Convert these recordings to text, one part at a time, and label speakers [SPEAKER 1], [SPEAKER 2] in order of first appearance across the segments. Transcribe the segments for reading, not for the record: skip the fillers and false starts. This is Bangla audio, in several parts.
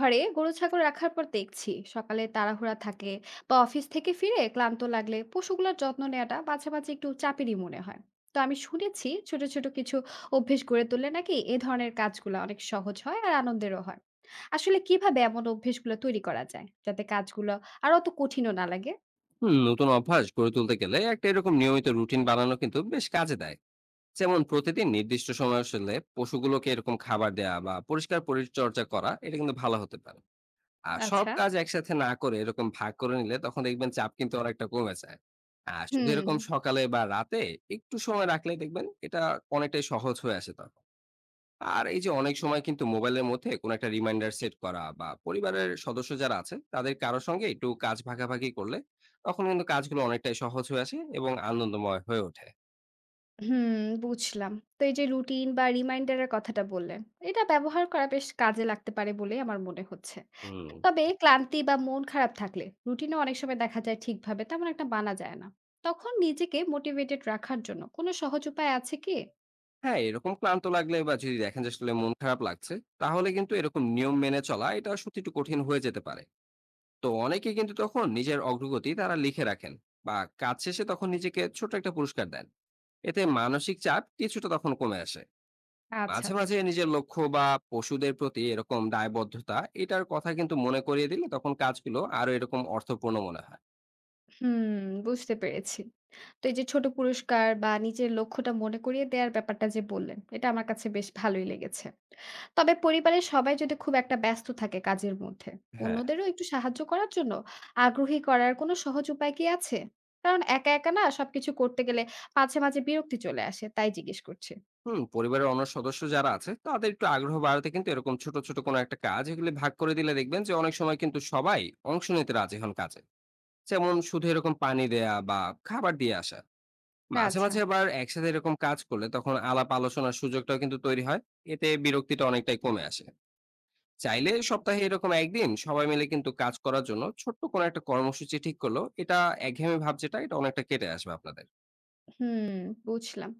[SPEAKER 1] ঘরে গরু ছাগল রাখার পর দেখছি সকালে তাড়াহুড়া থাকে বা অফিস থেকে ফিরে ক্লান্ত লাগলে পশুগুলোর যত্ন নেওয়াটা মাঝে মাঝে একটু চাপেরই মনে হয়। তো আমি শুনেছি ছোট ছোট কিছু অভ্যেস গড়ে তুললে নাকি এ ধরনের কাজগুলো অনেক সহজ হয় আর আনন্দেরও হয়। আসলে কিভাবে এমন অভ্যেসগুলো তৈরি করা যায় যাতে কাজগুলো আর অত কঠিনও না লাগে?
[SPEAKER 2] হুম, নতুন অভ্যাস গড়ে তুলতে গেলে একটা এরকম নিয়মিত রুটিন বানানো কিন্তু বেশ কাজে দেয়। যেমন প্রতিদিন নির্দিষ্ট সময় আসলে পশুগুলোকে এরকম খাবার দেওয়া বা পরিষ্কার পরিচর্যা করা এটা কিন্তু ভালো হতে পারে। আর সব
[SPEAKER 1] আচ্ছা।
[SPEAKER 2] কাজ একসাথে না করে এরকম ভাগ করে নিলে তখন দেখবেন চাপ কিন্তু অনেকটা কমে যায়। আর শুধু
[SPEAKER 1] হুম।
[SPEAKER 2] এরকম সকালে বা রাতে একটু সময় রাখলে দেখবেন এটা অনেকটাই সহজ হয়ে আসে তখন। আর এই যে অনেক সময় কিন্তু মোবাইলের মধ্যে কোনো একটা রিমাইন্ডার সেট করা বা পরিবারের সদস্য যারা আছেন তাদের কারোর সঙ্গে একটু কাজ ভাগাভাগি করলে তখন কিন্তু কাজগুলো অনেকটাই সহজ হয়ে আসে এবং আনন্দময় হয়ে ওঠে।
[SPEAKER 1] হুম, বুঝলাম। তো এই যে রুটিন বা রিমাইন্ডারের কথাটা বললেন, এটা ব্যবহার করা বেশ কাজে লাগতে পারে বলেই আমার মনে হচ্ছে।
[SPEAKER 2] হুম।
[SPEAKER 1] তবে ক্লান্তি বা মন খারাপ থাকলে রুটিনে অনেক সময় দেখা যায় ঠিকভাবে তেমন একটা বানা যায় না। তখন নিজেকে মোটিভেটেড রাখার জন্য কোনো সহজ উপায় আছে কি?
[SPEAKER 2] হ্যাঁ, এরকম ক্লান্ত লাগলে বা যদি দেখেন যে আসলে মন খারাপ লাগছে, তাহলে কিন্তু এরকম নিয়ম মেনে চলা এটা সত্যি একটু কঠিন হয়ে যেতে পারে। তো অনেকে কিন্তু তখন নিজের অগ্রগতি তারা লিখে রাখেন বা কাজ শেষে তখন নিজেকে ছোট একটা পুরস্কার দেন। এতে মানসিক চাপ কিছুটা তখন কমে আসে।
[SPEAKER 1] আচ্ছা।
[SPEAKER 2] মাঝে, মাঝে নিজের লক্ষ্য বা পশুদের প্রতি এরকম দায়বদ্ধতা এটার কথা কিন্তু মনে করিয়ে দিলে তখন কাজগুলো আরো এরকম অর্থপূর্ণ মনে হয়।
[SPEAKER 1] হুম, বুঝতে পেরেছি। তো এই যে ছোট পুরস্কার বা নিজের লক্ষ্যটা মনে করিয়ে দেওয়ার ব্যাপারটা যে বললেন, এটা আমার কাছে বেশ ভালোই লেগেছে। তবে পরিবারের সবাই যদি খুব একটা ব্যস্ত থাকে কাজের মধ্যে,
[SPEAKER 2] হ্যাঁ।
[SPEAKER 1] অন্যদেরও একটু সাহায্য করার জন্য আগ্রহী করার কোনো সহজ উপায় কি আছে? কারণ একা একা না সবকিছু করতে গেলে মাঝে মাঝে বিরক্তি চলে আসে, তাই জিজ্ঞেস করছি।
[SPEAKER 2] হুম, পরিবারের অন্য সদস্য যারা আছে তাদের একটু আগ্রহ বাড়াতে কিন্তু এরকম ছোট, ছোট কোনো একটা কাজ এগুলি ভাগ করে দিলে দেখবেন যে অনেক সময় কিন্তু সবাই অংশ নিতে রাজি হন কাজে। যেমন শুধু এরকম পানি দেয়া বা খাবার দিয়ে আসা। মাঝে,
[SPEAKER 1] আচ্ছা,
[SPEAKER 2] মাঝে আবার একসাথে এরকম কাজ করলে তখন আলাপ আলোচনার সুযোগটাও কিন্তু তৈরি হয়। এতে বিরক্তিটা অনেকটাই কমে আসে। চাইলে সপ্তাহে এরকম একদিন সবাই মিলে কিন্তু কাজ করার জন্য ছোট্ট কোনো একটা কর্মসূচি ঠিক করলো, এটা একঘেয়েমি ভাব যেটা এটা অনেকটা কেটে আসবে আপনাদের।
[SPEAKER 1] হুম, বুঝলাম।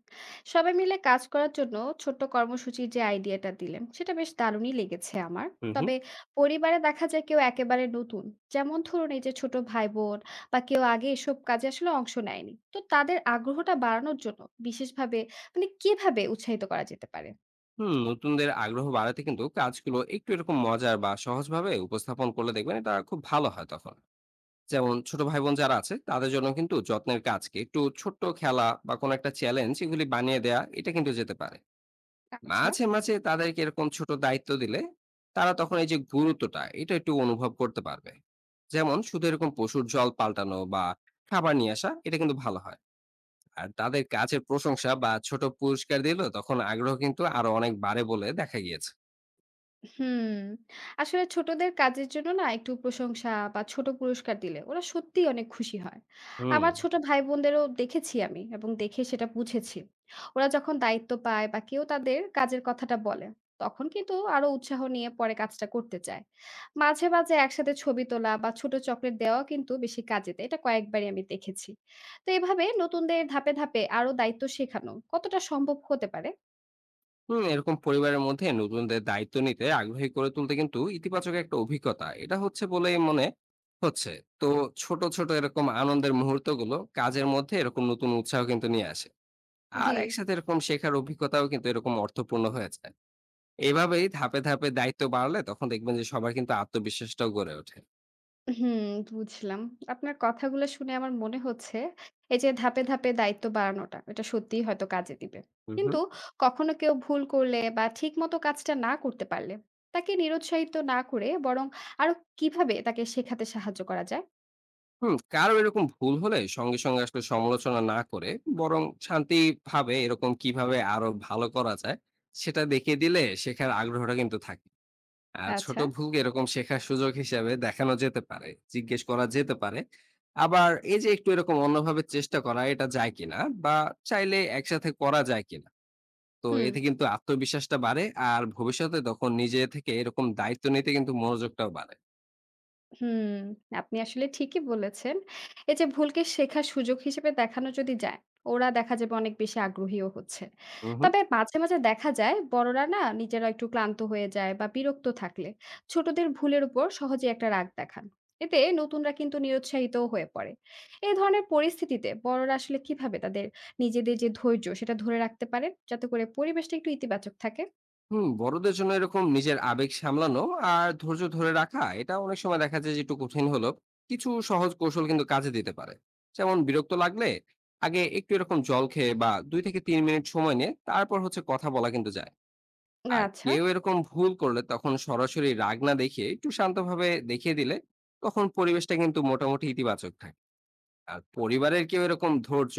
[SPEAKER 1] সবাই মিলে কাজ করার জন্য ছোট্ট কর্মসূচির যে আইডিয়াটা দিলেন, সেটা বেশ দারুণই লেগেছে আমার।
[SPEAKER 2] হুম হুম।
[SPEAKER 1] তবে পরিবারে দেখা যায় কেউ একেবারে নতুন। যেমন ধরুন এই যে ছোট ভাই-বোন বা কেউ আগে এসব কাজে আসলে অংশ নেয়নি। তো তাদের আগ্রহটা বাড়ানোর জন্য বিশেষভাবে মানে কিভাবে উৎসাহিত করা যেতে পারে?
[SPEAKER 2] হুম, নতুনদের আগ্রহ বাড়াতে কিন্তু কাজগুলো একটু এরকম মজার বা সহজভাবে উপস্থাপন করলে দেখবেন এটা খুব ভালো হয় তখন। যেমন ছোট ভাই বোন যারা আছে তাদের জন্য কিন্তু যত্নের কাজকে একটু ছোট্ট খেলা বা কোনো একটা চ্যালেঞ্জ এগুলি বানিয়ে দেয়া এটা কিন্তু যেতে পারে।
[SPEAKER 1] আচ্ছা।
[SPEAKER 2] মাঝে, মাঝে তাদেরকে এরকম ছোট দায়িত্ব দিলে তারা তখন এই যে গুরুত্বটা এটা একটু অনুভব করতে পারবে। যেমন শুধু এরকম পশুর জল পাল্টানো বা খাবার নিয়ে আসা এটা কিন্তু ভালো হয়। আর তাদের কাজের প্রশংসা বা ছোট পুরস্কার দিলেও তখন আগ্রহ কিন্তু আরো অনেক বাড়ে বলে দেখা গিয়েছে।
[SPEAKER 1] হুম, আসলে ছোটদের কাজের জন্য না একটু প্রশংসা বা ছোট পুরস্কার দিলে ওরা সত্যিই অনেক খুশি হয়।
[SPEAKER 2] হুম।
[SPEAKER 1] আমার ছোট ভাই-বোনদেরও দেখেছি আমি এবং দেখে সেটা বুঝেছি। ওরা যখন দায়িত্ব পায় বা কেউ তাদের কাজের কথাটা বলে, তখন কিন্তু আরো উৎসাহ নিয়ে পরে কাজটা করতে চায়। মাঝে, মাঝে একসাথে ছবি তোলা বা ছোট চকলেট দেওয়াও কিন্তু বেশি কাজে দেয়। এটা কয়েকবারই আমি দেখেছি। তো এভাবে নতুনদের ধাপে, ধাপে আরো দায়িত্ব শেখানো কতটা সম্ভব হতে পারে?
[SPEAKER 2] হুম, এরকম পরিবারের মধ্যে নতুনদের দায়িত্ব নিতে আগ্রহী করে তুলতে কিন্তু ইতিবাচক একটা অভিজ্ঞতা এটা হচ্ছে বলেই মনে হচ্ছে। তো ছোট, ছোট এরকম আনন্দের মুহূর্তগুলো কাজের মধ্যে এরকম নতুন উৎসাহ কিন্তু নিয়ে আসে। আর
[SPEAKER 1] জি।
[SPEAKER 2] একসাথে এরকম শেখার অভিজ্ঞতাও কিন্তু এরকম অর্থপূর্ণ হয়ে যায়। এভাবেই ধাপে, ধাপে দায়িত্ব বাড়ালে তখন দেখবেন যে সবার কিন্তু আত্মবিশ্বাসটাও গড়ে ওঠে।
[SPEAKER 1] হুম, বুঝলাম। আপনার কথাগুলো শুনে আমার মনে হচ্ছে, এই যে ধাপে, ধাপে দায়িত্ব বাড়ানোটা, এটা সত্যিই হয়তো কাজে দিবে।
[SPEAKER 2] হুম, হুম।
[SPEAKER 1] কিন্তু কখনো কেউ ভুল করলে বা ঠিকমতো কাজটা না করতে পারলে, তাকে নিরুৎসাহিত না করে বরং আরো কিভাবে তাকে শেখাতে সাহায্য করা যায়?
[SPEAKER 2] হুম, কারো এরকম ভুল হলে সঙ্গে, সঙ্গে আসলে সমালোচনা না করে বরং শান্তিভাবে এরকম কিভাবে আরো ভালো করা যায় সেটা দেখিয়ে দিলে শেখার আগ্রহটা কিন্তু থাকে। আর ছোট
[SPEAKER 1] আচ্ছা,
[SPEAKER 2] ভুলকে এরকম শেখার সুযোগ হিসেবে দেখানো যেতে পারে, জিজ্ঞেস করা যেতে পারে। আবার এই যে একটু এরকম অন্যভাবে চেষ্টা করা এটা যায় কিনা, বা চাইলে একসাথে করা যায় কিনা? তো
[SPEAKER 1] হুম।
[SPEAKER 2] এতে কিন্তু আত্মবিশ্বাসটা বাড়ে। আর ভবিষ্যতে তখন নিজে থেকে এরকম দায়িত্ব নিতে কিন্তু মনোযোগটাও বাড়ে।
[SPEAKER 1] হুম, আপনি আসলে ঠিকই বলেছেন। এই যে ভুলকে শেখার সুযোগ হিসেবে দেখানো যদি যায়, ওরা দেখা যাবে অনেক বেশি আগ্রহীও হচ্ছে।
[SPEAKER 2] হুম হুম।
[SPEAKER 1] তবে মাঝে, মাঝে দেখা যায় বড়রা না নিজেরা একটু ক্লান্ত হয়ে যায় বা বিরক্ত থাকলে ছোটদের ভুলের উপর সহজেই একটা রাগ দেখান। এতে নতুনরা কিন্তু নিরুৎসাহিতও হয়ে পড়ে। এই ধরনের পরিস্থিতিতে বড়রা আসলে কিভাবে তাদের নিজেদের যে ধৈর্য সেটা ধরে রাখতে পারে যাতে করে পরিবেশটা একটু ইতিবাচক থাকে?
[SPEAKER 2] হুম, বড়দের জন্য এরকম নিজের আবেগ সামলানো আর ধৈর্য ধরে রাখা এটা অনেক সময় দেখা যায় যে একটু কঠিন হলো। কিছু সহজ কৌশল কিন্তু কাজে দিতে পারে। যেমন বিরক্ত লাগলে আগে একটু এরকম জল খেয়ে বা 2 থেকে 3 মিনিট সময় নিয়ে তারপর হচ্ছে কথা বলা কিন্তু যায়। আর
[SPEAKER 1] আচ্ছা।
[SPEAKER 2] কেউ এরকম ভুল করলে তখন সরাসরি রাগ না দেখিয়ে একটু শান্তভাবে দেখিয়ে দিলে তখন পরিবেশটা কিন্তু মোটামুটি ইতিবাচক থাকে। আর পরিবারের কেউ এরকম ধৈর্য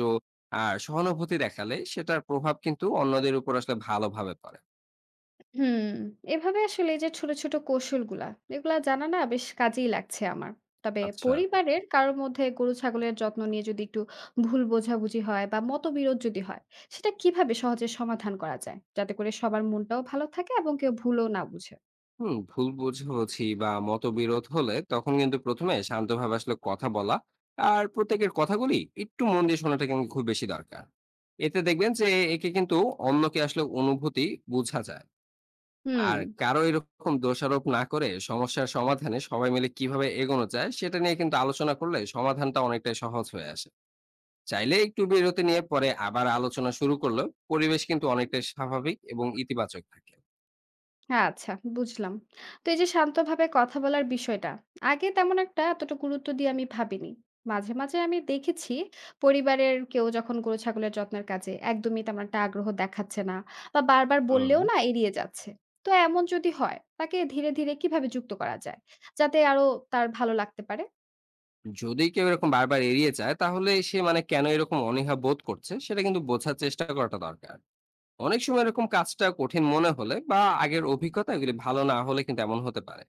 [SPEAKER 2] আর সহানুভূতি দেখালে সেটার প্রভাব কিন্তু অন্যদের উপর আসলে ভালোভাবে পড়ে।
[SPEAKER 1] হুম, এভাবে আসলে এই যে ছোট, ছোট কৌশলগুলা, এগুলা জানা না বেশ কাজেই লাগছে আমার। তবে
[SPEAKER 2] আচ্ছা।
[SPEAKER 1] পরিবারের কারোর মধ্যে গরু-ছাগলের যত্ন নিয়ে যদি একটু ভুল বোঝাবুঝি হয় বা মতবিরোধ যদি হয়, সেটা কিভাবে সহজে সমাধান করা যায়? যাতে করে সবার মনটাও ভালো থাকে এবং কেউ ভুলও না বুঝে?
[SPEAKER 2] হুম, ভুল বুঝাবুঝি বা মতবিরোধ হলে তখন কিন্তু প্রথমে শান্তভাবে আসলে কথা বলা আর প্রত্যেকের কথাগুলি একটু মন দিয়ে শোনাটা কিন্তু খুব বেশি দরকার। এতে দেখবেন যে একে কিন্তু অন্যকে আসলে অনুভূতি বোঝা যায়।
[SPEAKER 1] হুম।
[SPEAKER 2] আর কারো এরকম দোষারোপ না করে সমস্যার সমাধানে সবাই মিলে কিভাবে এগোনো যায় সেটা নিয়ে কিন্তু আলোচনা করলে সমাধানটা অনেকটাই সহজ হয়ে আসে। চাইলে একটু বিরতি নিয়ে পরে আবার আলোচনা শুরু করলেও পরিবেশ কিন্তু অনেকটাই স্বাভাবিক এবং ইতিবাচক থাকে।
[SPEAKER 1] হ্যাঁ, আচ্ছা, বুঝলাম। তো এই যে শান্তভাবে কথা বলার বিষয়টা, আগে তেমন একটা এতটা গুরুত্ব দিয়ে আমি ভাবিনি। মাঝে, মাঝে আমি দেখেছি পরিবারের কেউ যখন গরু-ছাগলের যত্নের কাজে একদমই তেমন একটা আগ্রহ দেখাচ্ছে না বা বারবার
[SPEAKER 2] হুম।
[SPEAKER 1] বললেও না এড়িয়ে যাচ্ছে। তো এমন যদি হয়, তাকে ধীরে, ধীরে কিভাবে যুক্ত করা যায়? যাতে আরো তার ভালো লাগতে পারে?
[SPEAKER 2] যদি কেউ এরকম বারবার এড়িয়ে যায়, তাহলে সে মানে কেন এরকম অনীহা বোধ করছে সেটা কিন্তু বোঝার চেষ্টা করাটা দরকার। অনেক সময় এরকম কাজটা কঠিন মনে হলে বা আগের অভিজ্ঞতা এগুলি ভালো না হলে কিন্তু এমন হতে পারে।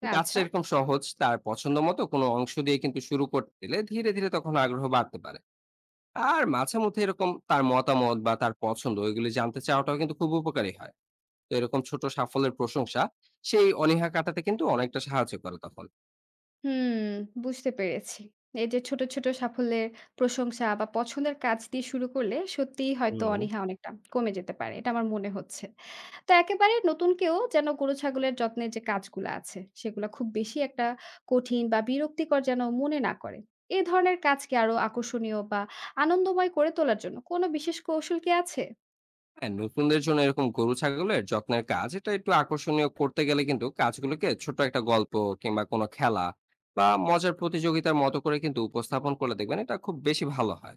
[SPEAKER 2] তো কাজটা
[SPEAKER 1] আচ্ছা।
[SPEAKER 2] এরকম সহজ তার পছন্দ মতো কোনো অংশ দিয়ে কিন্তু শুরু করতে দিলে ধীরে ধীরে তখন আগ্রহ বাড়তে পারে। আর মাঝে মধ্যে এরকম তার মতামত বা তার পছন্দ এগুলি জানতে চাওয়াটাও কিন্তু খুব উপকারী হয়। তো এরকম ছোট সাফল্যের প্রশংসা সেই অনীহা কাটাতে কিন্তু অনেকটা সাহায্য করে তখন।
[SPEAKER 1] হুম, বুঝতে পেরেছি। এই যে ছোট, ছোট সাফল্যের প্রশংসা বা পছন্দের কাজ দিয়ে শুরু করলে সত্যিই হয়তো
[SPEAKER 2] হুম।
[SPEAKER 1] অনীহা অনেকটা কমে যেতে পারে। এটা আমার মনে হচ্ছে। তো একেবারে নতুন কেউ যেন গরু ছাগলের যত্নের যে কাজগুলো আছে সেগুলো খুব বেশি একটা কঠিন বা বিরক্তিকর যেন মনে না করে, এ ধরনের কাজকে আরো আকর্ষণীয় বা আনন্দময় করে তোলার জন্য কোনো বিশেষ কৌশল কি আছে?
[SPEAKER 2] হ্যাঁ, নতুনদের জন্য এরকম গরু ছাগলের যত্নের কাজ এটা একটু আকর্ষণীয় করতে গেলে কিন্তু কাজগুলোকে ছোট একটা গল্প কিংবা কোনো খেলা বা মজার প্রতিযোগিতার মতো করে কিন্তু উপস্থাপন করলে দেখবেন এটা খুব বেশি ভালো হয়।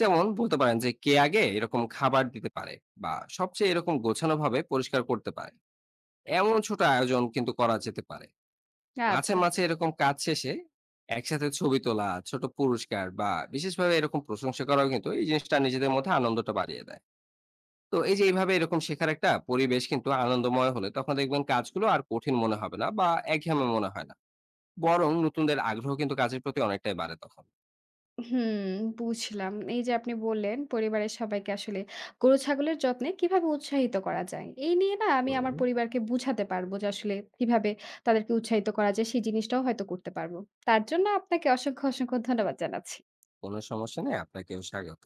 [SPEAKER 2] যেমন বলতে পারেন যে কে আগে এরকম খাবার দিতে পারে বা সবচেয়ে এরকম গোছানো ভাবে পরিষ্কার করতে পারে। এমন ছোট আয়োজন কিন্তু করা যেতে পারে। মাঝে,
[SPEAKER 1] আচ্ছা।
[SPEAKER 2] মাঝে এরকম কাজ শেষে একসাথে ছবি তোলা, ছোট পুরস্কার বা বিশেষভাবে এরকম প্রশংসা করাও কিন্তু এই জিনিসটা নিজেদের মধ্যে আনন্দটা বাড়িয়ে দেয়। তো এই যে এইভাবে এরকম শেখার একটা পরিবেশ কিন্তু আনন্দময় হলে তখন দেখবেন কাজগুলো আর কঠিন মনে হবে না বা একঘেয়েমি মনে হয় না। বরং নতুনদের আগ্রহ কিন্তু কাজের প্রতি অনেকটাই বাড়ে তখন।
[SPEAKER 1] হুম, বুঝলাম। এই যে আপনি বললেন পরিবারের সবাইকে আসলে গরু ছাগলের যত্নে কিভাবে উৎসাহিত করা যায়, এই নিয়ে না আমি
[SPEAKER 2] হুম।
[SPEAKER 1] আমার পরিবারকে বুঝাতে পারবো যে আসলে কিভাবে তাদেরকে উৎসাহিত করা যায় সেই জিনিসটাও হয়তো করতে পারবো। তার জন্য আপনাকে অসংখ্য অসংখ্য ধন্যবাদ জানাচ্ছি।
[SPEAKER 2] কোনো সমস্যা নেই। আপনাকেও স্বাগত।